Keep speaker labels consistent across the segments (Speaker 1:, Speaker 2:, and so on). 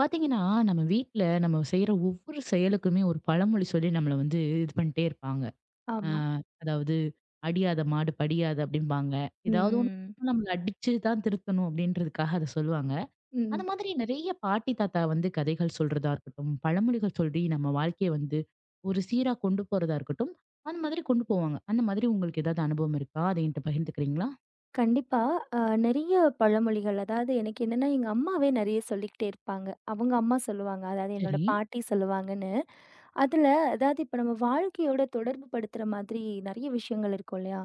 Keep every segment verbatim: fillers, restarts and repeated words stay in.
Speaker 1: பாத்தீங்கன்னா, நம்ம வீட்ல நம்ம செய்ற ஒவ்வொரு செயலுக்குமே ஒரு பழமொழி சொல்லி நம்மள வந்து இது பண்ணிட்டே இருப்பாங்க. அ
Speaker 2: ஆமா.
Speaker 1: அதாவது "அடியாத மாடு படியாது" அப்படிம்பாங்க. ஏதாவது ஒண்ணு
Speaker 2: ம்.
Speaker 1: நம்மள அடிச்சு தான் திருத்தணும் அப்படின்றதுக்காக அத சொல்லுவாங்க. அந்த
Speaker 2: ம்.
Speaker 1: மாதிரி நெறைய பாட்டி, தாத்தா வந்து கதைகள் சொல்றதா இருக்கட்டும், பழமொழிகள் சொல்லி நம்ம வாழ்க்கைய வந்து ஒரு சீரா கொண்டு போறதா இருக்கட்டும், அந்த மாதிரி கொண்டு போவாங்க. அந்த மாதிரி உங்களுக்கு ஏதாவது அனுபவம் இருக்கா? அத என்கிட்ட பகிர்ந்துக்கிறீங்களா?
Speaker 2: கண்டிப்பா. அ நெறைய பழமொழிகள் அதாவது எனக்கு என்னன்னா, எங்க அம்மாவே நெறைய சொல்லிக்கிட்டே இருப்பாங்க. அவங்க அம்மா சொல்லுவாங்க. அதாவது என்னோட
Speaker 1: சரி,
Speaker 2: பாட்டி சொல்லுவாங்கன்னு. அதுல அதாவது இப்ப நம்ம வாழ்க்கையோட தொடர்பு படுத்துற மாதிரி நெறைய விஷயங்கள் இருக்கும் இல்லையா?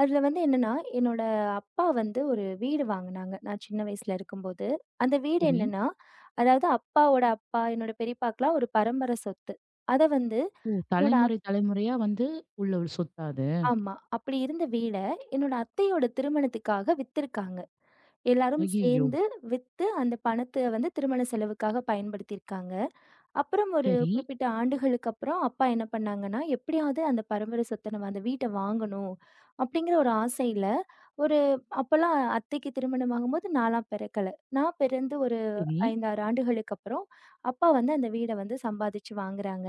Speaker 2: அதுல வந்து என்னன்னா, என்னோட அப்பா வந்து ஒரு வீடு வாங்குனாங்க. நான் சின்ன வயசுல இருக்கும்போது. அந்த வீடு
Speaker 1: சரி.
Speaker 2: என்னன்னா, அதாவது அப்பாவோட அப்பா, என்னோட பெரியப்பாக்குலாம் ஒரு பரம்பர சொத்து. அத வந்து
Speaker 1: ஓ!
Speaker 2: என்னோட
Speaker 1: தலைமுறை தலைமுறையா வந்து உள்ள ஒரு சொத்தா அது?
Speaker 2: ஆமா. அப்படி இருந்த வீட என்னோட அத்தையோட திருமணத்துக்காக வித்திருக்காங்க. எல்லாரும்
Speaker 1: ஐய்யய்யோ!
Speaker 2: சேர்ந்து வித்து அந்த பணத்த வந்து திருமண செலவுக்காக பயன்படுத்தியிருக்காங்க. அப்புறம் ஒரு
Speaker 1: சரி.
Speaker 2: குறிப்பிட்ட ஆண்டுகளுக்கு அப்புறம் அப்பா என்ன பண்ணாங்கன்னா, எப்படியாவது அந்த பரம்பரை சொத்த நம்ம அந்த வீட்ட வாங்கணும் அப்படிங்கிற ஒரு ஆசையில, ஒரு அப்போலாம் அத்தைக்கு திருமணமாகும்போது நான்லாம் பிறக்கல. நான் பிறந்து ஒரு
Speaker 1: சரி.
Speaker 2: ஐந்து, ஆறு ஆண்டுகளுக்கு அப்புறம் அப்பா வந்து அந்த வீட வந்து சம்பாதிச்சு வாங்குறாங்க.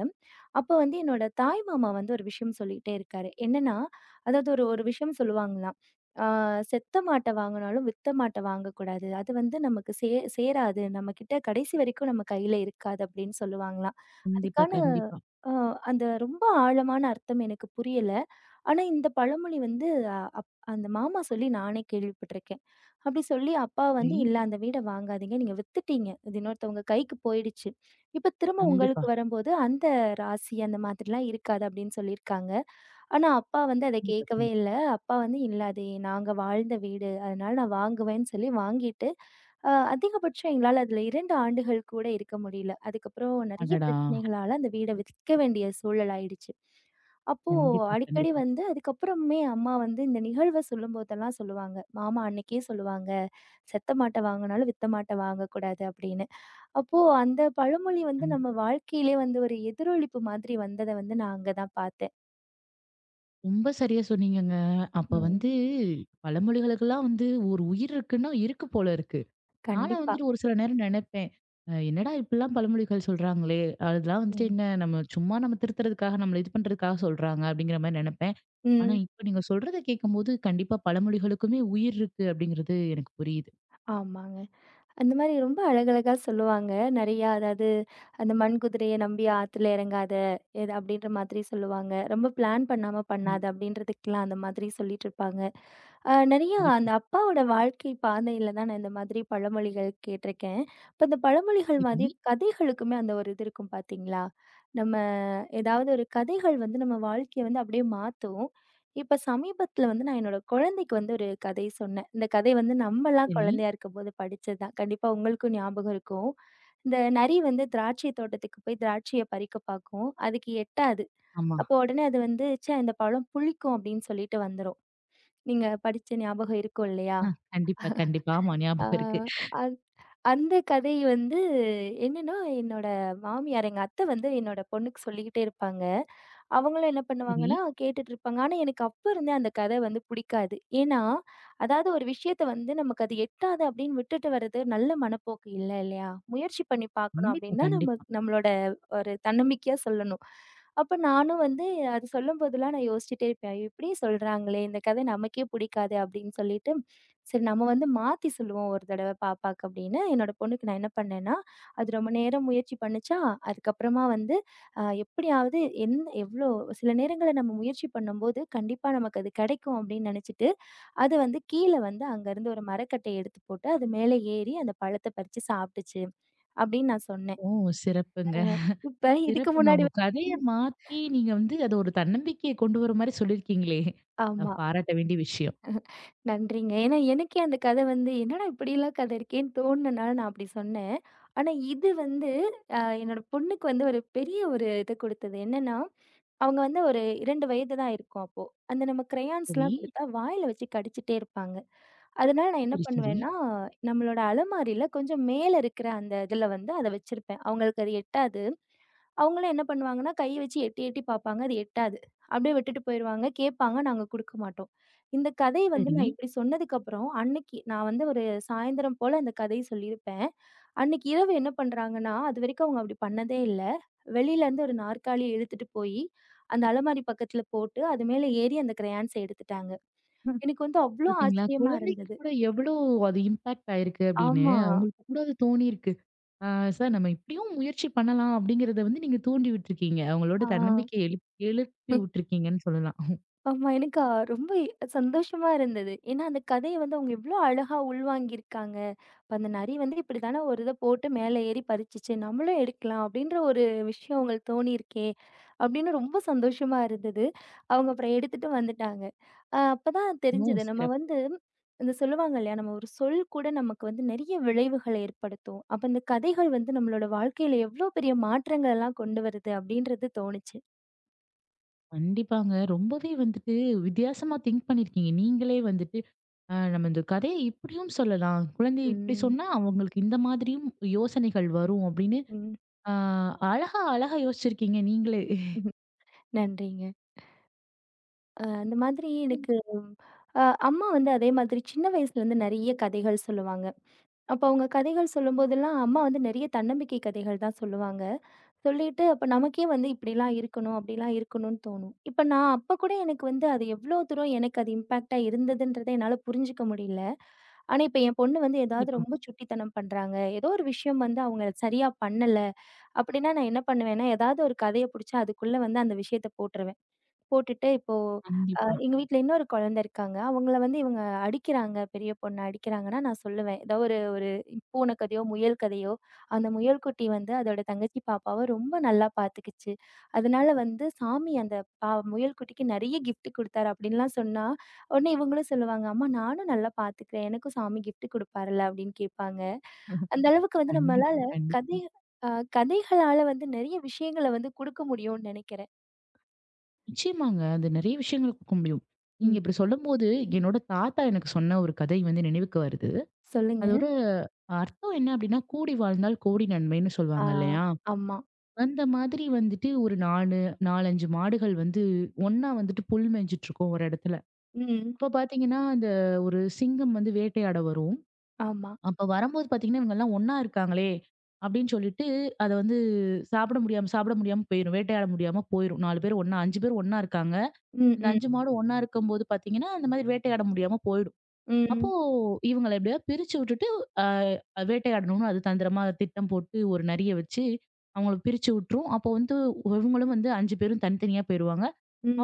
Speaker 2: அப்ப வந்து என்னோட தாய் மாமா வந்து ஒரு விஷயம் சொல்லிட்டே இருக்காரு. என்னன்னா, அதாவது ஒரு ஒரு விஷயம் சொல்லுவாங்களாம். ஆ "செத்த மாட்ட வாங்குனாலும் வித்த மாட்ட வாங்கக்கூடாது. அது வந்து நமக்கு சே சேராது. நம்மகிட்ட கடைசி வரைக்கும் நம்ம கையில இருக்காது." அப்படின்னு சொல்லுவாங்களாம்.
Speaker 1: கண்டிப்பா,
Speaker 2: அதுக்கான
Speaker 1: கண்டிப்பா.
Speaker 2: அ அந்த ரொம்ப ஆழமான அர்த்தம் எனக்கு புரியல. ஆனா இந்த பழமொழி வந்து அ அப் அந்த மாமா சொல்லி நானே கேள்விப்பட்டிருக்கேன். அப்படி சொல்லி அப்பா
Speaker 1: சரி.
Speaker 2: வந்து, "இல்ல அந்த வீட வாங்காதீங்க. நீங்க வித்துட்டீங்க. இது இன்னொருத்தவங்க கைக்கு போயிடுச்சு. இப்ப திரும்ப
Speaker 1: கண்டிப்பா,
Speaker 2: உங்களுக்கு வரும்போது அந்த ராசி அந்த மாதிரிலாம் இருக்காது." அப்படின்னு சொல்லியிருக்காங்க. ஆனா, அப்பா வந்து அத
Speaker 1: கண்டிப்பா.
Speaker 2: கேட்கவே
Speaker 1: கண்டிப்பா.
Speaker 2: இல்ல. அப்பா வந்து "இல்ல அது நாங்க வாழ்ந்த வீடு. அதனால நான் வாங்குவேன்னு" சொல்லி வாங்கிட்டு, அ அதிகபட்சம் எங்களால அதுல இரண்டு ஆண்டுகள் கூட இருக்க முடியல. அதுக்கப்புறம் நெறைய
Speaker 1: அடடா!
Speaker 2: பிரச்சனைகளால அந்த வீட விற்க வேண்டிய சூழல் ஆயிடுச்சு. அப்போ
Speaker 1: கண்டிப்பா,
Speaker 2: அடிக்கடி
Speaker 1: கண்டிப்பா.
Speaker 2: வந்து அதுக்கப்புறமே அம்மா வந்து இந்த நிகழ்வ சொல்லும்போதெல்லாம் சொல்லுவாங்க. மாமா அன்னைக்கே சொல்லுவாங்க, "செத்த மாட்ட வாங்குனாலும் வித்த மாட்ட வாங்கக்கூடாது" அப்படின்னு. அப்போ அந்த பழமொழி வந்து
Speaker 1: கண்டி
Speaker 2: நம்ம வாழ்க்கையிலே வந்து ஒரு எதிரொலிப்பு மாதிரி வந்தத வந்து நான் அங்க தான் பார்த்தேன்.
Speaker 1: ரொம்ப சரியா சொன்னீங்கங்க. அப்ப
Speaker 2: ம்.
Speaker 1: வந்து பழமொழிகளுக்கெல்லாம் வந்து ஒரு உயிர் இருக்குன்னா, இருக்கு போல இருக்கு. ஆனா
Speaker 2: கண்டிப்பா.
Speaker 1: வந்துட்டு ஒரு சில நேரம் நெனைப்பேன். அ என்னடா இப்படிலாம் பழமொழிகள் சொல்றாங்களே! அதெல்லாம் வந்துட்டு
Speaker 2: ம்.
Speaker 1: என்ன நம்ம சும்மா நம்ம திருத்துறதுக்காக, நம்மள இது பண்றதுக்காக சொல்றாங்க அப்படிங்கிற மாரி நெனைப்பேன். ஆனா
Speaker 2: ம்.
Speaker 1: இப்ப நீங்க சொல்றத கேட்கும்போது, கண்டிப்பா பழமொழிகளுக்குமே உயிர் இருக்கு அப்படிங்கிறது எனக்கு புரியுது.
Speaker 2: ஆமாங்க. அந்த மாரி ரொம்ப அழகழகா சொல்லுவாங்க. நெறையா அதாவது, அந்த மண் குதிரைய நம்பி ஆத்துல இறங்காத, எது அப்படின்ற மாதிரி சொல்லுவாங்க. ரொம்ப பிளான் பண்ணாம பண்ணாத
Speaker 1: ம்.
Speaker 2: அப்படின்றதுக்கெல்லாம் அந்த மாதிரி சொல்லிட்டுருப்பாங்க. அ நெறையா
Speaker 1: கண்டிப்பா.
Speaker 2: அந்த அப்பாவோட வாழ்க்கை பாதையில தான் நான் இந்த மாதிரி பழமொழிகள் கேட்டிருக்கேன். இப்ப இந்த பழமொழிகள் மாதிரி
Speaker 1: சரி,
Speaker 2: கதைகளுக்குமே அந்த ஒரு இது இருக்கும் பார்த்தீங்களா? நம்ம ஏதாவது ஒரு கதைகள் வந்து நம்ம வாழ்க்கைய வந்து அப்படியே மாத்தும். இப்ப சமீபத்துல வந்து நான் என்னோட குழந்தைக்கு வந்து ஒரு கதை சொன்னேன். இந்த கதை வந்து நம்மலாம்
Speaker 1: சரி.
Speaker 2: குழந்தையா இருக்கும்போது படிச்சதுதான். கண்டிப்பா உங்களுக்கும் ஞாபகம் இருக்கும். இந்த நரி வந்து திராட்சை தோட்டத்துக்கு போய் திராட்சைய பறிக்க பார்க்கும். அதுக்கு எட்டாது.
Speaker 1: ஆமா.
Speaker 2: அப்போ உடனே அது வந்து, "ச்சே! இந்த பழம் புளிக்கும்" அப்படின்னு சொல்லிட்டு வந்துரும். நீங்க படிச்ச ஞாபகம் இருக்கும் இல்லையா?
Speaker 1: ஆ கண்டிப்பா, கண்டிப்பா. ஆமா
Speaker 2: ஆ
Speaker 1: ஞாபகம் இருக்கு.
Speaker 2: அந் அந்த கதை வந்து என்னன்னா, என்னோட மாமியார் எங்க அத்தை வந்து என்னோட பொண்ணுக்கு சொல்லிக்கிட்டே இருப்பாங்க. அவங்களும் என்ன
Speaker 1: சரி.
Speaker 2: பண்ணுவாங்கன்னா, கேட்டுட்டு இருப்பாங்க. ஆனா எனக்கு அப்ப இருந்தே அந்த கதை வந்து பிடிக்காது. ஏன்னா, அதாவது ஒரு விஷயத்த வந்து நமக்கு அது எட்டாது அப்படின்னு விட்டுட்டு வர்றது நல்ல மனப்போக்கு இல்ல இல்லையா? முயற்சி பண்ணி பார்க்கணும்
Speaker 1: கண்டிப்பா,
Speaker 2: அப்படின்னு தான் நம்ம
Speaker 1: கண்டிப்பா.
Speaker 2: நம்மளோட ஒரு தன்னம்பிக்கையா சொல்லணும். அப்ப நானும் வந்து அது சொல்லும்போதெல்லாம் நான் யோசிச்சுட்டே இருப்பேன். "ஐயோ! இப்படியே சொல்றாங்களே, இந்த கதை நமக்கே பிடிக்காதே" அப்படின்னு சொல்லிட்டு, சரி நம்ம வந்து மாத்தி சொல்லுவோம் ஒரு தடவ பாப்பாக்கு அப்படின்னு, என்னோட பொண்ணுக்கு நான் என்ன பண்ணேன்னா, அது ரொம்ப நேரம் முயற்சி பண்ணுச்சா, அதுக்கப்புறமா வந்து அ எப்படியாவது எந் எவ்ளோ சில நேரங்கள்ல நம்ம முயற்சி பண்ணும்போது, கண்டிப்பா நமக்கு அது கிடைக்கும் அப்படின்னு நினைச்சுட்டு, அது வந்து கீழ வந்து அங்கருந்து ஒரு மரக்கட்டைய எடுத்து போட்டு, அது மேல ஏறி அந்த பழத்த பறிச்சு சாப்பிட்டுச்சு அப்படின்னு நான் சொன்னேன்.
Speaker 1: ஓ! சிறப்புங்க.
Speaker 2: இப்ப இதுக்கு
Speaker 1: சிறப்புங்க.
Speaker 2: முன்னாடி
Speaker 1: உங்க கதைய
Speaker 2: வந்து-
Speaker 1: மாத்தி நீங்க வந்து அத ஒரு தன்னம்பிக்கைய கொண்டு வர மாரி சொல்லியிருக்கீங்களே! அ
Speaker 2: ஆமா.
Speaker 1: பாராட்ட வேண்டிய விஷயம்.
Speaker 2: நன்றிங்க. ஏன்னா, எனக்கே அந்த கதை வந்து, "என்னடா இப்படிலாம் கதை இருக்கேன்னு" தோணுனனால நான் அப்படி சொன்னேன். ஆனா இது வந்து அ என்னோட பொண்ணுக்கு வந்து ஒரு பெரிய ஒரு இது குடுத்தது. என்னன்னா, அவங்க வந்து ஒரு இரண்டு வயது தான் இருக்கும் அப்போ. அந்த நம்ம
Speaker 1: சரி,
Speaker 2: கிரையான்ஸ்லாம் குடுத்தா வாயில வச்சு கடிச்சிட்டே இருப்பாங்க. அதனால நான் என்ன
Speaker 1: சரி, சரி,
Speaker 2: பண்ணுவேன்னா, நம்மளோட அலமாரியில கொஞ்சம் மேல இருக்கிற அந்த இதுல வந்து அத வச்சிருப்பேன். அவங்களுக்கு அது எட்டாது. அவங்களும் என்ன பண்ணுவாங்கன்னா, கை வச்சு எட்டி எட்டி பாப்பாங்க. அது எட்டாது. அப்படியே விட்டுட்டு போயிருவாங்க. கேட்பாங்க. நாங்க குடுக்க மாட்டோம். இந்த கதை வந்து
Speaker 1: சரி.
Speaker 2: நான் இப்படி சொன்னதுக்கப்புறம், அன்னைக்கு நான் வந்து ஒரு சாயந்தரம் போல இந்த கதைய சொல்லியிருப்பேன். அன்னைக்கு இரவு என்ன பண்றாங்கன்னா, அதுவரைக்கும் அவங்க அப்படி பண்ணதே இல்ல. வெளியிலேருந்து ஒரு நாற்காலிய இழுத்துட்டு போயி, அந்த அலமாரி பக்கத்துல போட்டு, அது மேல ஏறி அந்த கிரையான்ஸ எடுத்துட்டாங்க.
Speaker 1: ம்.
Speaker 2: எனக்கு வந்து அவ்ளோ
Speaker 1: பார்த்தீங்களா?
Speaker 2: ஆச்சரியமா
Speaker 1: குழந்தைக்கு
Speaker 2: இருந்தது.
Speaker 1: கூட எவ்வளோ அது இம்பாக்ட் ஆயிருக்கு அப்படின்னு,
Speaker 2: ஆமா.
Speaker 1: அவங்களுக்கு கூட அது தோணியிருக்கு. ஆ சார் நம்ம இப்படியும் முயற்சி பண்ணலாம் அப்படிங்கிறத வந்து நீங்க தூண்டி விட்டுருக்கீங்க. அவங்களோட
Speaker 2: ஆ.
Speaker 1: தன்னம்பிக்கைய எழுப் எழுப்பி விட்டுருக்கீங்கன்னு சொல்லலாம்.
Speaker 2: ஆமா. எனக்கு அ ரொம்ப இ- சந்தோஷமா இருந்தது. ஏன்னா, அந்த கதைய வந்து அவங்க எவ்ளோ அழகா உள்வாங்கியிருக்காங்க. அப்ப அந்த நரி வந்து இப்படித்தானே ஒரு இத போட்டு மேல ஏறி பறிச்சுச்சு. நம்மளும் எடுக்கலாம் அப்படின்ற ஒரு விஷயம் அவங்களுக்கு தோணியிருக்கே! அப்படின்னு ரொம்ப சந்தோஷமா இருந்தது. அவங்க அப்புறம் எடுத்துட்டு வந்துட்டாங்க. அ அப்பதான்
Speaker 1: ஓ!
Speaker 2: தெரிஞ்சது. நம்ம
Speaker 1: சிறப்பு.
Speaker 2: வந்து இந்த சொல்லுவாங்க இல்லையா? நம்ம ஒரு சொல் கூட நமக்கு வந்து நெறைய விளைவுகள ஏற்படுத்தும். அப்ப இந்த கதைகள் வந்து நம்மளோட வாழ்க்கையில எவ்ளோ பெரிய மாற்றங்கள் எல்லாம் கொண்டு வருது அப்படின்றது தோணுச்சு.
Speaker 1: கண்டிப்பாங்க. ரொம்பவே வந்துட்டு வித்தியாசமா திங்க் பண்ணியிருக்கீங்க. நீங்களே வந்துட்டு, அ நம்ம இந்த கதைய இப்படியும் சொல்லலாம். குழந்தை இப்படி
Speaker 2: ம்.
Speaker 1: சொன்னா அவங்களுக்கு இந்த மாதிரியும் யோசனைகள் வரும் அப்படின்னு,
Speaker 2: ம்.
Speaker 1: அ அழகா அழகா யோசிச்சிருக்கீங்க நீங்களே.
Speaker 2: நன்றிங்க. அ அந்த மாதிரி எனக்கு அ அம்மா வந்து அதே மாதிரி சின்ன வயசுலேருந்து நெறைய கதைகள் சொல்லுவாங்க. அப்போ அவங்க கதைகள் சொல்லும்போதெல்லாம், அம்மா வந்து நெறைய தன்னம்பிக்கை கதைகள் தான் சொல்லுவாங்க. சொல்லிட்டு அப்ப நமக்கே வந்து இப்படிலாம் இருக்கணும், அப்படிலாம் இருக்கணும்னு தோணும். இப்ப நான் அப்ப கூட எனக்கு வந்து அது எவ்வளோ தூரம் எனக்கு அது இம்பாக்ட்டா இருந்ததுன்றத என்னால புரிஞ்சுக்க முடியல. ஆனா, இப்ப என் பொண்ணு வந்து ஏதாவது
Speaker 1: கண்டிப்பா.
Speaker 2: ரொம்ப சுட்டித்தனம் பண்றாங்க. ஏதோ ஒரு விஷயம் வந்து அவங்க சரியா பண்ணல அப்படின்னா, நான் என்ன பண்ணுவேன்னா, ஏதாவது ஒரு கதைய புடிச்சு அதுக்குள்ள வந்து அந்த விஷயத்த போட்டுருவேன். போட்டுட்டு இப்போ அ
Speaker 1: கண்டிப்பா,
Speaker 2: எங்க வீட்ல இன்னொரு குழந்தை இருக்காங்க. அவங்கள வந்து இவங்க அடிக்கிறாங்க, பெரிய பொண்ண அடிக்கிறாங்கன்னா நான் சொல்லுவேன். ஏதோ ஒரு ஒரு பூனை கதையோ, முயல் கதையோ, அந்த முயல் குட்டி வந்து அதோட தங்கச்சி பாப்பாவ ரொம்ப நல்லா பார்த்துக்கிச்சு. அதனால வந்து சாமி அந்த பா முயல் குட்டிக்கு நெறைய கிஃப்ட் குடுத்தாரு அப்படின்லாம் சொன்னா, உடனே இவங்களும் சொல்லுவாங்க, "அம்மா நானும் நல்லா பார்த்துக்கிறேன். எனக்கும் சாமி கிஃப்ட் குடுப்பார்ல" அப்படின்னு கேட்பாங்க. அந்த அளவுக்கு வந்து நம்மளால
Speaker 1: கண்டிப்பா, கண்டிப்பா.
Speaker 2: கதை அ கதைகளால வந்து நெறைய விஷயங்கள வந்து குடுக்க முடியும்னு நெனைக்கிறேன்.
Speaker 1: நிச்சயமாங்க. அது நிறைய விஷயங்கள் கொடுக்க முடியும். நீங்க
Speaker 2: ம்.
Speaker 1: இப்படி சொல்லும்போது, என்னோட தாத்தா எனக்கு சொன்ன ஒரு கதை வந்து நினைவுக்கு வருது.
Speaker 2: சொல்லுங்க.
Speaker 1: அதோட அர்த்தம் என்ன அப்படின்னா, கூடி வாழ்ந்தால் கோடி நன்மைன்னு
Speaker 2: ஆ,
Speaker 1: சொல்லுவாங்க இல்லையா?
Speaker 2: ஆமா.
Speaker 1: அந்த மாதிரி வந்துட்டு ஒரு நாலு நாலு, அஞ்சு மாடுகள் வந்து ஒண்ணா வந்துட்டு புல் மேய்ஞ்சிட்டுருக்கும் ஒரு இடத்துல.
Speaker 2: ம்.
Speaker 1: அப்ப பார்த்தீங்கன்னா, அந்த ஒரு சிங்கம் வந்து வேட்டையாட வரும்.
Speaker 2: ஆமா.
Speaker 1: அப்ப வரும்போது பார்த்தீங்கன்னா, இவங்கலாம் ஒண்ணா இருக்காங்களே! அப்டின்னு சொல்லிட்டு, அத வந்து சாப்பிட முடியாம சாப்பிட முடியாம போயிரும். வேட்டையாட முடியாம போயிரும். நாலு பேர் ஒண்ணா அஞ்சு பேர் ஒண்ணா இருக்காங்க.
Speaker 2: ம்,
Speaker 1: இந்த
Speaker 2: ம்,
Speaker 1: அஞ்சு மாடும் ஒண்ணா இருக்கும்போது பார்த்தீங்கன்னா, இந்த மாதிரி வேட்டையாட முடியாம போயிடும். அப்போ
Speaker 2: ம்,
Speaker 1: இவங்கள எப்படியாவது பிரிச்சு விட்டுட்டு, அ வேட்டையாடணும்னு அது தந்திரமா திட்டம் போட்டு ஒரு நரிய வச்சு, அவங்கள பிரிச்சு விட்டுரும். அப்போ வந்து இவங்களும் வந்து அஞ்சு பேரும் தனித்தனியா போயிருவாங்க.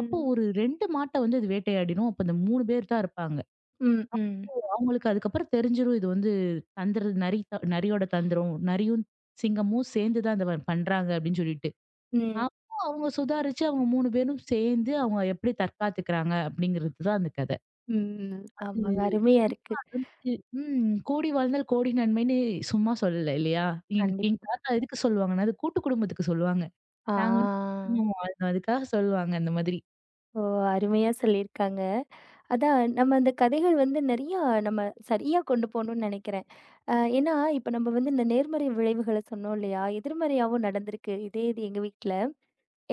Speaker 1: அப்போ ஒரு ரெண்டு மாட்ட வந்து அது வேட்டையாடிரும். அப்போ அந்த மூணு பேர் தான் இருப்பாங்க.
Speaker 2: ம், ம்,
Speaker 1: அவங்களுக்கு அதுக்கப்புறம் தெரிஞ்சிரும் இது வந்து தந்திர நரி த- நரியோட தந்திரம். நரியும், சிங்கமும் சேர்ந்து தான் இத பண்றாங்க அப்படின்னு சொல்லிட்டு.
Speaker 2: ம்,
Speaker 1: அப்போ அவங்க சுதாரிச்சு அவங்க மூணு பேரும் சேர்ந்து அவங்க எப்படி தற்காத்துக்கிறாங்க அப்படிங்கிறது தான் அந்த கதை.
Speaker 2: ம். ஆமாங்க.
Speaker 1: ம்.
Speaker 2: அருமையா இருக்கு.
Speaker 1: கண்டிப்பா. அது வந்து ம். "கோடி வாழ்ந்தால் கோடி நன்மைன்னு" சும்மா சொல்லல இல்லையா? எங்க எங்க
Speaker 2: கண்டிப்பா.
Speaker 1: தாத்தா எதுக்கு சொல்லுவாங்கன்னா, அது கூட்டு குடும்பத்துக்கு சொல்லுவாங்க.
Speaker 2: ஆ.
Speaker 1: நாங்க வந்து கூட்டு குடும்பமா வாழ்ந்தோம். அதுக்காக சொல்லுவாங்க அந்த மாதிரி.
Speaker 2: ஓ! அருமையா சொல்லியிருக்காங்க. அதான் நம்ம அந்த கதைகள் வந்து நெறையா நம்ம சரியா கொண்டு போணும்னு நெனைக்கிறேன். அ ஏன்னா, இப்ப நம்ம வந்து இந்த நேர்மறை விளைவுகள சொன்னோம் இல்லையா? எதிர்மறையாவும் நடந்திருக்கு. இதே இது எங்க வீட்ல.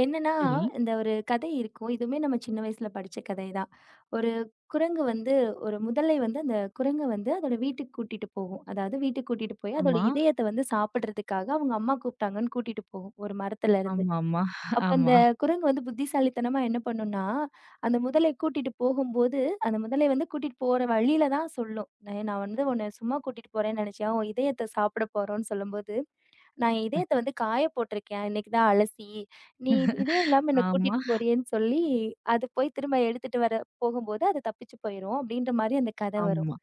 Speaker 2: என்னன்னா,
Speaker 1: சரி.
Speaker 2: இந்த ஒரு கதை இருக்கும். இதுவுமே நம்ம சின்ன வயசுல படிச்ச கதை தான். ஒரு குரங்கு வந்து ஒரு முதலை வந்து அந்த குரங்க வந்து அதோட வீட்டுக்கு கூட்டிட்டு போகும். அதாவது வீட்டுக்கு கூட்டிட்டு போய் அதோட
Speaker 1: ஆமா,
Speaker 2: இதயத்த வந்து சாப்பிடுறதுக்காக அவங்க அம்மா கூப்பிட்டாங்கன்னு கூட்டிட்டு போகும், ஒரு மரத்துல இருந்து.
Speaker 1: ஆமாமா,
Speaker 2: அப்ப அந்த
Speaker 1: ஆமா,
Speaker 2: குரங்கு வந்து புத்திசாலித்தனமா என்ன பண்ணும்னா, அந்த முதலை கூட்டிட்டு போகும்போது, அந்த முதலை வந்து கூட்டிட்டு போற வழியில தான் சொல்லும். "நான் நான் வந்து உன்ன சும்மா கூட்டிட்டு போறேன்னு நினைச்சியா? உன் இதயத்த சாப்பிட போறோம்ன்னு" சொல்லும்போது நான்
Speaker 1: ம்.
Speaker 2: இதயத்த வந்து காய போட்டிருக்கேன். இன்னைக்கு தான் அலசி, நீ இதயம் இல்லாம என்ன
Speaker 1: ஆமா,
Speaker 2: கூட்டிட்டு போறியேன்னு சொல்லி, அது போய் திரும்ப எடுத்துட்டு வர போகும்போது, அது தப்பிச்சு போயிரும் அப்டின்ற மாரி அந்த கத வரும்.
Speaker 1: ஆமா,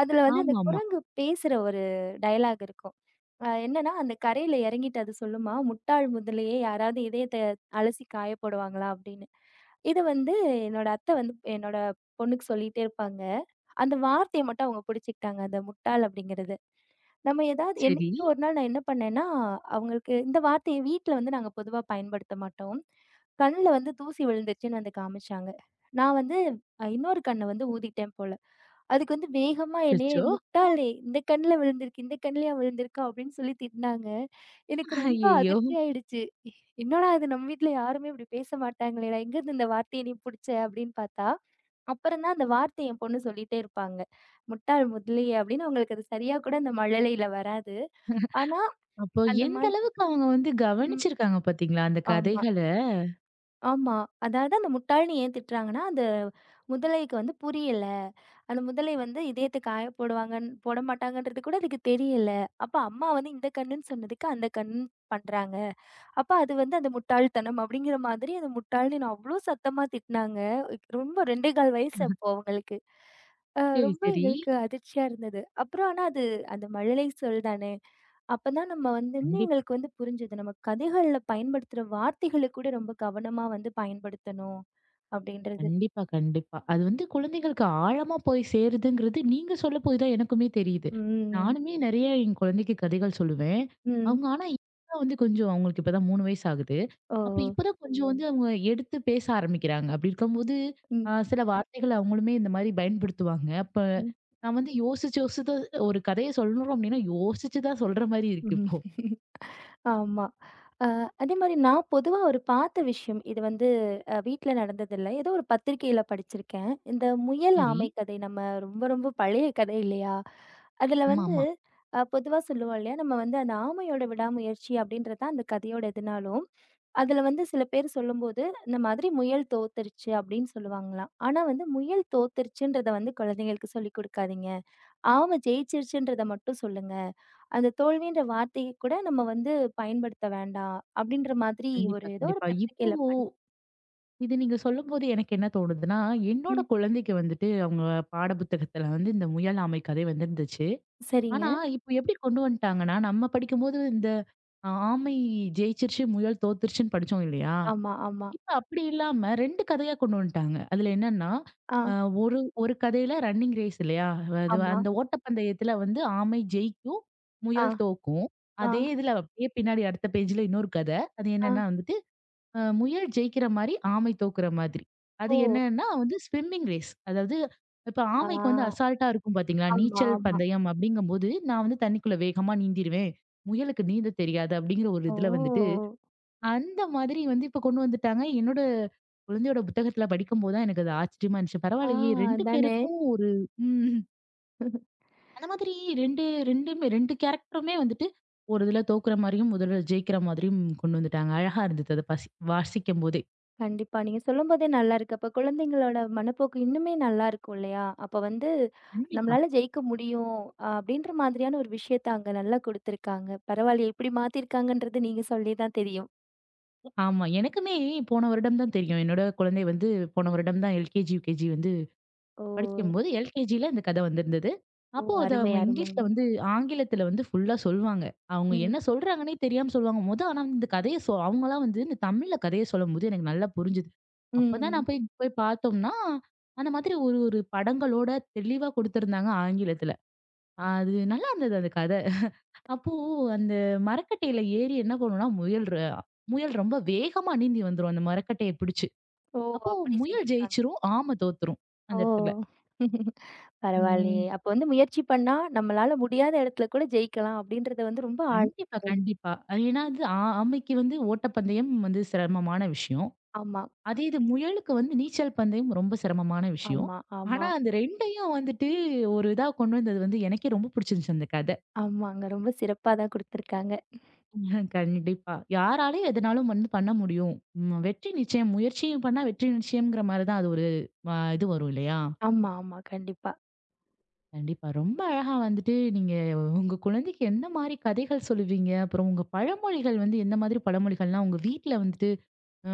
Speaker 2: அதுல வந்து அந்த
Speaker 1: ஆமாமா.
Speaker 2: குரங்கு பேசுற ஒரு டயலாக் இருக்கும். அ என்னன்னா, அந்த கரையில இறங்கிட்டு அது சொல்லுமா, "முட்டாள் முதலையே யாராவது இதயத்த அலசி காய போடுவாங்களா?" அப்டின்னு. இத வந்து என்னோட அத்த வந்து என்னோட பொண்ணுக்கு சொல்லிட்டே இருப்பாங்க. அந்த வார்த்தைய மட்டும் அவங்க புடிச்சுக்கிட்டாங்க. அந்த முட்டாள் அப்டிங்கிறத. நம்ம ஏதாவது
Speaker 1: சரி.
Speaker 2: என்னைக்கோ ஒரு நாள் நான் என்ன பண்ணேன்னா, அவங்களுக்கு இந்த வார்த்தைய வீட்ல வந்து நாங்க பொதுவா பயன்படுத்த மாட்டோம். கண்ல வந்து தூசி விழுந்துருச்சுன்னு வந்து காமிச்சாங்க. நான் வந்து அ இன்னொரு கண்ண வந்து ஊதிட்டேன் போல. அதுக்கு வந்து வேகமா என்னைய
Speaker 1: அச்சச்சோ!
Speaker 2: "முட்டாளே இந்த கண்ல விழுந்திருக்கு, இந்த கண்லயா விழுந்திருக்கா?" அப்படின்னு சொல்லி திட்டுனாங்க. எனக்கு ரொம்ப
Speaker 1: ஐயய்யோ!
Speaker 2: அதிர்ச்சி ஆயிடுச்சு. "என்னடா இது நம்ம வீட்ல யாருமே இப்படி பேச மாட்டாங்களேடா, எங்கேருந்து இந்த வார்த்தைய நீ புடிச்ச?" அப்படின்னு பார்த்தா அப்புறம் தான் அந்த வார்த்தைய என் பொண்ணு சொல்லிட்டே இருப்பாங்க. "முட்டாள் முதலிய" அப்படின்னு அவங்களுக்கு அது சரியா கூட அந்த மழலையில வராது. ஆனா
Speaker 1: அப்போ
Speaker 2: அந்த
Speaker 1: எந்த
Speaker 2: மாரி
Speaker 1: அளவுக்கு அவங்க வந்து
Speaker 2: ம்.
Speaker 1: கவனிச்சிருக்காங்க பார்த்தீங்களா? அந்த
Speaker 2: ஆமா,
Speaker 1: கதைகள.
Speaker 2: ஆமா. அதாவது அந்த முட்டாள்னு ஏன் திட்டுறாங்கன்னா, அந்த முதலைக்கு வந்து புரியல. அந்த முதலை வந்து இதயத்த காய போடுவாங்கன்னு போட மாட்டாங்கன்றது கூட அதுக்கு தெரியல. அப்ப அம்மா வந்து இந்த கண்ணுன்னு சொன்னதுக்கு அந்த கண்ணுன்னு பண்றாங்க. அப்ப அது வந்து அந்த முட்டாள்தனம் அப்படிங்கிற மாதிரி அந்த முட்டாள்ன்னு என்ன அவ்ளோ சத்தமா திட்டினாங்க. ரொம்ப ரெண்டே கால் வயசு
Speaker 1: ம்ஹ்ம்.
Speaker 2: அப்போ அவங்களுக்கு. அ
Speaker 1: சரி,
Speaker 2: ரொம்ப
Speaker 1: சரி.
Speaker 2: எங்களுக்கு அதிர்ச்சியா இருந்தது. அப்புறம் ஆனா அது அந்த மழலை சொல் தானே. அப்பதான் நம்ம வந்து இன்னும்
Speaker 1: கண்டிப்பா.
Speaker 2: எங்களுக்கு வந்து புரிஞ்சது. நம்ம கதைகள்ல பயன்படுத்துற வார்த்தைகள கூட ரொம்ப கவனமா வந்து பயன்படுத்தணும் அப்படின்றது.
Speaker 1: கண்டிப்பா, கண்டிப்பா. அது வந்து குழந்தைகளுக்கு ஆழமா போய் சேருதுங்கிறது நீங்க சொல்ல போய் தான் எனக்குமே தெரியுது.
Speaker 2: ம்.
Speaker 1: நானுமே நெறைய என் குழந்தைக்கு கதைகள் சொல்லுவேன்.
Speaker 2: ம்.
Speaker 1: அவங்க ஆனா இப்பதான் வந்து கொஞ்சம் அவங்களுக்கு இப்பதான் மூணு வயசு ஆகுது.
Speaker 2: ஓ!
Speaker 1: அப்ப இப்பதான் கொஞ்சம் ம். வந்து அவங்க எடுத்து பேச ஆரம்பிக்கிறாங்க. அப்படி இருக்கும்போது,
Speaker 2: ம்.
Speaker 1: அ சில வார்த்தைகள் அவங்களுமே இந்த மாரி பயன்படுத்துவாங்க. அப்ப
Speaker 2: ம்.
Speaker 1: நான் வந்து யோசிச்சு யோசிச்சு தான் ஒரு கதைய சொல்லணும் அப்படின்னா, யோசிச்சு தான் சொல்ற மாரி இருக்கு இப்போ.
Speaker 2: ஆமா. அ அதே மாரி நான் பொதுவா ஒரு பார்த்த விஷயம். இது வந்து அ வீட்ல நடந்ததில்ல. ஏதோ ஒரு பத்திரிக்கையில படிச்சிருக்கேன். இந்த முயல்
Speaker 1: சரி.
Speaker 2: ஆமை கதை நம்ம ரொம்ப ரொம்ப பழைய கதை இல்லையா? அதுல வந்து
Speaker 1: ஆமாமா.
Speaker 2: அ பொதுவா சொல்லுவோம் இல்லையா? நம்ம வந்து அந்த ஆமையோட விடாமுயற்சி அப்படின்றது தான் அந்த கதையோட எதுனாலும், அதுல வந்து சில பேர் சொல்லும்போது, இந்த மாதிரி முயல் தோத்துருச்சு அப்படின்னு சொல்லுவாங்களாம். ஆனா வந்து முயல் தோத்துருச்சுன்றத வந்து குழந்தைங்களுக்கு சொல்லிக் குடுக்காதீங்க. ஆமா ஜெயிச்சிருச்சுன்றத மட்டும் சொல்லுங்க. அந்த தோல்வின்ற வார்த்தைய கூட நம்ம வந்து பயன்படுத்த வேண்டாம். அப்டின்ற மாதிரி ஒரு
Speaker 1: கண்டிப்பா,
Speaker 2: ஏதோ ஒரு
Speaker 1: கண்டிப்பா. இப்போ
Speaker 2: பத்திரிக்கையில படிச்
Speaker 1: இது நீங்க சொல்லும்போது எனக்கு என்ன தோணுதுன்னா, என்னோட
Speaker 2: ம்.
Speaker 1: குழந்தைக்கு வந்துட்டு அவங்க பாட புத்தகத்துல வந்து இந்த முயல், ஆமை கதை வந்திருந்துச்சு.
Speaker 2: சரிங்க.
Speaker 1: ஆனா, இப்ப எப்படி கொண்டு வந்துட்டாங்கன்னா, நம்ம படிக்கும்போது இந்த அ ஆமை ஜெயிச்சிருச்சு, முயல் தோத்துருச்சுன்னு படிச்சோம் இல்லையா?
Speaker 2: ஆமா, ஆமா.
Speaker 1: இப்ப அப்படி இல்லாம ரெண்டு கதையா கொண்டு வந்துட்டாங்க. அதுல என்னன்னா,
Speaker 2: ஆ,
Speaker 1: அ ஒரு ஒரு கதையில ரன்னிங் ரேஸ் இல்லையா? அது
Speaker 2: ஆமா.
Speaker 1: அந்த ஓட்டப்பந்தயத்துல வந்து ஆமை ஜெயிக்கும்,
Speaker 2: ஆ,
Speaker 1: முயல் தோக்கும்.
Speaker 2: ஆ,
Speaker 1: அதே இதுல அப்படியே பின்னாடி அடுத்த பேஜ்ல இன்னொரு கதை. அது
Speaker 2: ஆ.
Speaker 1: என்னன்னா வந்து அ முயல் ஜெயிக்கிற மாரி, ஆமை தோக்குற மாதிரி. அது
Speaker 2: ஓ!
Speaker 1: என்னன்னா வந்து ஸ்விம்மிங் ரேஸ். அதாவது இப்ப
Speaker 2: ஆ.
Speaker 1: ஆமைக்கு வந்து அசால்ட்டா இருக்கும் பார்த்தீங்களா?
Speaker 2: ஆமா,
Speaker 1: நீச்சல்
Speaker 2: ஆமா.
Speaker 1: பந்தயம் அப்படிங்கும்போது, நான் வந்து தண்ணிக்குள்ள வேகமா நீந்திருவேன். முயலுக்கு நீந்த தெரியாது அப்படிங்கிற ஒரு
Speaker 2: ஓ!
Speaker 1: இதுல வந்துட்டு, அந்த மாதிரி வந்து இப்ப கொண்டு வந்துட்டாங்க. என்னோட குழந்தையோட புத்தகத்துல படிக்கும்போது தான் எனக்கு அது ஆச்சரியமா இருந்துச்சு.
Speaker 2: ஆ
Speaker 1: பரவாயில்லையே ரெண்டு
Speaker 2: அதானே!
Speaker 1: பேருக்கும் ஒரு ம். அந்த மாதிரி ரெண்டு ரெண்டுமே ரெண்டு கேரக்டருமே வந்துட்டு, ஒரு இதுல தோக்குற மாரியும், ஒரு இதுல ஜெயிக்கிற மாதிரியும் கொண்டு வந்துட்டாங்க. அழகா இருந்தது அத பசி வாசிக்கும்போதே.
Speaker 2: கண்டிப்பா. நீங்க சொல்லும்போதே நல்லாருக்கு. அப்ப குழந்தைங்களோட மனப்போக்கு இன்னுமே நல்லாருக்கும் இல்லையா? அப்ப வந்து
Speaker 1: கண்டிப்பா.
Speaker 2: நம்மளால ஜெயிக்க முடியும், அ அப்படின்ற மாதிரியான ஒரு விஷயத்த அங்க நல்லா குடுத்துருக்காங்க. பரவாயில்லையே இப்படி மாத்திருக்காங்கன்றது நீங்க சொல்லி தான் தெரியும்.
Speaker 1: ஆமா. எனக்குமே போன வருடம் தான் தெரியும். என்னோட குழந்தை வந்து போன வருடம் தான் எல்கேஜி, யுகேஜி வந்து
Speaker 2: ஓ!
Speaker 1: படிக்கும்போது, எல்கேஜில இந்த கதை வந்திருந்தது.
Speaker 2: ஓ!
Speaker 1: அப்போ அத
Speaker 2: அருமை,
Speaker 1: அவங்க இங்கிலீஷ்ல
Speaker 2: அருமைங்க.
Speaker 1: வந்து ஆங்கிலத்தில வந்து ஃபுல்லா சொல்லுவாங்க. அவங்க
Speaker 2: ம்.
Speaker 1: என்ன சொல்றாங்கன்னே தெரியாம சொல்லுவாங்க. மொத ஆனா இந்த கதைய சொ அவங்கலாம் வந்து இந்த தமிழ்ல கதைய சொல்லும்போது எனக்கு நல்லா புரிஞ்சுது. அப்பதான்
Speaker 2: ம்.
Speaker 1: நான் போய் போய் பார்த்தோம்னா, அந்த மாதிரி ஒரு ஒரு படங்களோட தெளிவா குடுத்திருந்தாங்க ஆங்கிலத்தில. அது நல்லா இருந்தது அந்த கதை. அப்போ அந்த மரக்கட்டையில ஏறி என்ன பண்ணும்னா, முயல் ர முயல் ரொம்ப வேகமா நீந்தி வந்துரும் அந்த மரக்கட்டைய பிடிச்சு.
Speaker 2: ஓ!
Speaker 1: அப்போ
Speaker 2: அப்படி
Speaker 1: முயல்
Speaker 2: சொல்லியிருக்காங்க.
Speaker 1: ஜெயிச்சுரும், ஆம தோத்துரும் அந்த
Speaker 2: ஓ!
Speaker 1: இடத்துல.
Speaker 2: பரவாயில்லையே.
Speaker 1: ம்.
Speaker 2: அப்ப வந்து முயற்சி பண்ணா நம்மளால முடியாத இடத்துல கூட ஜெயிக்கலாம் அப்படின்றத வந்து ரொம்ப ஆழ்
Speaker 1: கண்டிப்பா, கண்டிப்பா. அது ஏன்னா அது ஆ ஆமைக்கு வந்து ஓட்டப்பந்தயம் வந்து சிரமமான விஷயம்.
Speaker 2: ஆமா,
Speaker 1: அதே இது முயலுக்கு வந்து நீச்சல் பந்தயம் ரொம்ப சிரமமான விஷயம்.
Speaker 2: ஆமா, ஆமா,
Speaker 1: ஆனா, அந்த ரெண்டுயும் வந்துட்டு ஒரு இதா கொண்டு வந்தது வந்து எனக்கே ரொம்ப பிடிச்சிருந்துச்சு அந்த கதை.
Speaker 2: ஆமாங்க. ரொம்ப சிறப்பா தான் குடுத்துருக்காங்க.
Speaker 1: அஹ் கண்டிப்பா. யாராலயும் எதுனாலும் வந்து பண்ண முடியும். ம் வெற்றி நிச்சயம். முயற்சியும் பண்ணா வெற்றி நிச்சயம்ங்கிற மாரி தான் அது ஒரு அ இது வரும் இல்லையா?
Speaker 2: ஆமா, ஆமா. கண்டிப்பா.
Speaker 1: கண்டிப்பா. ரொம்ப அழகா வந்துட்டு நீங்க உங்க குழந்தைக்கு எந்த மாரி கதைகள் சொல்லுவீங்க? அப்புறம் உங்க பழமொழிகள் வந்து எந்த மாதிரி பழமொழிகள்லாம் உங்க வீட்ல வந்துட்டு அ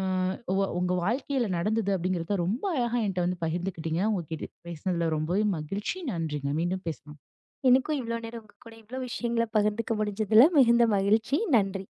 Speaker 1: உ உங்க வாழ்க்கையில நடந்தது அப்படிங்கிறத ரொம்ப அழகா என்ட்ட வந்து பகிர்ந்துக்கிட்டீங்க. உங்ககிட்ட பேசினதுல ரொம்பவே மகிழ்ச்சி. நன்றிங்க. மீண்டும் பேசலாம்.
Speaker 2: எனக்கும் இவ்வளோ நேரம் உங்க கூட இவ்வளோ விஷயங்கள பகிர்ந்துக்க முடிஞ்சதுல மிகுந்த மகிழ்ச்சி. நன்றி.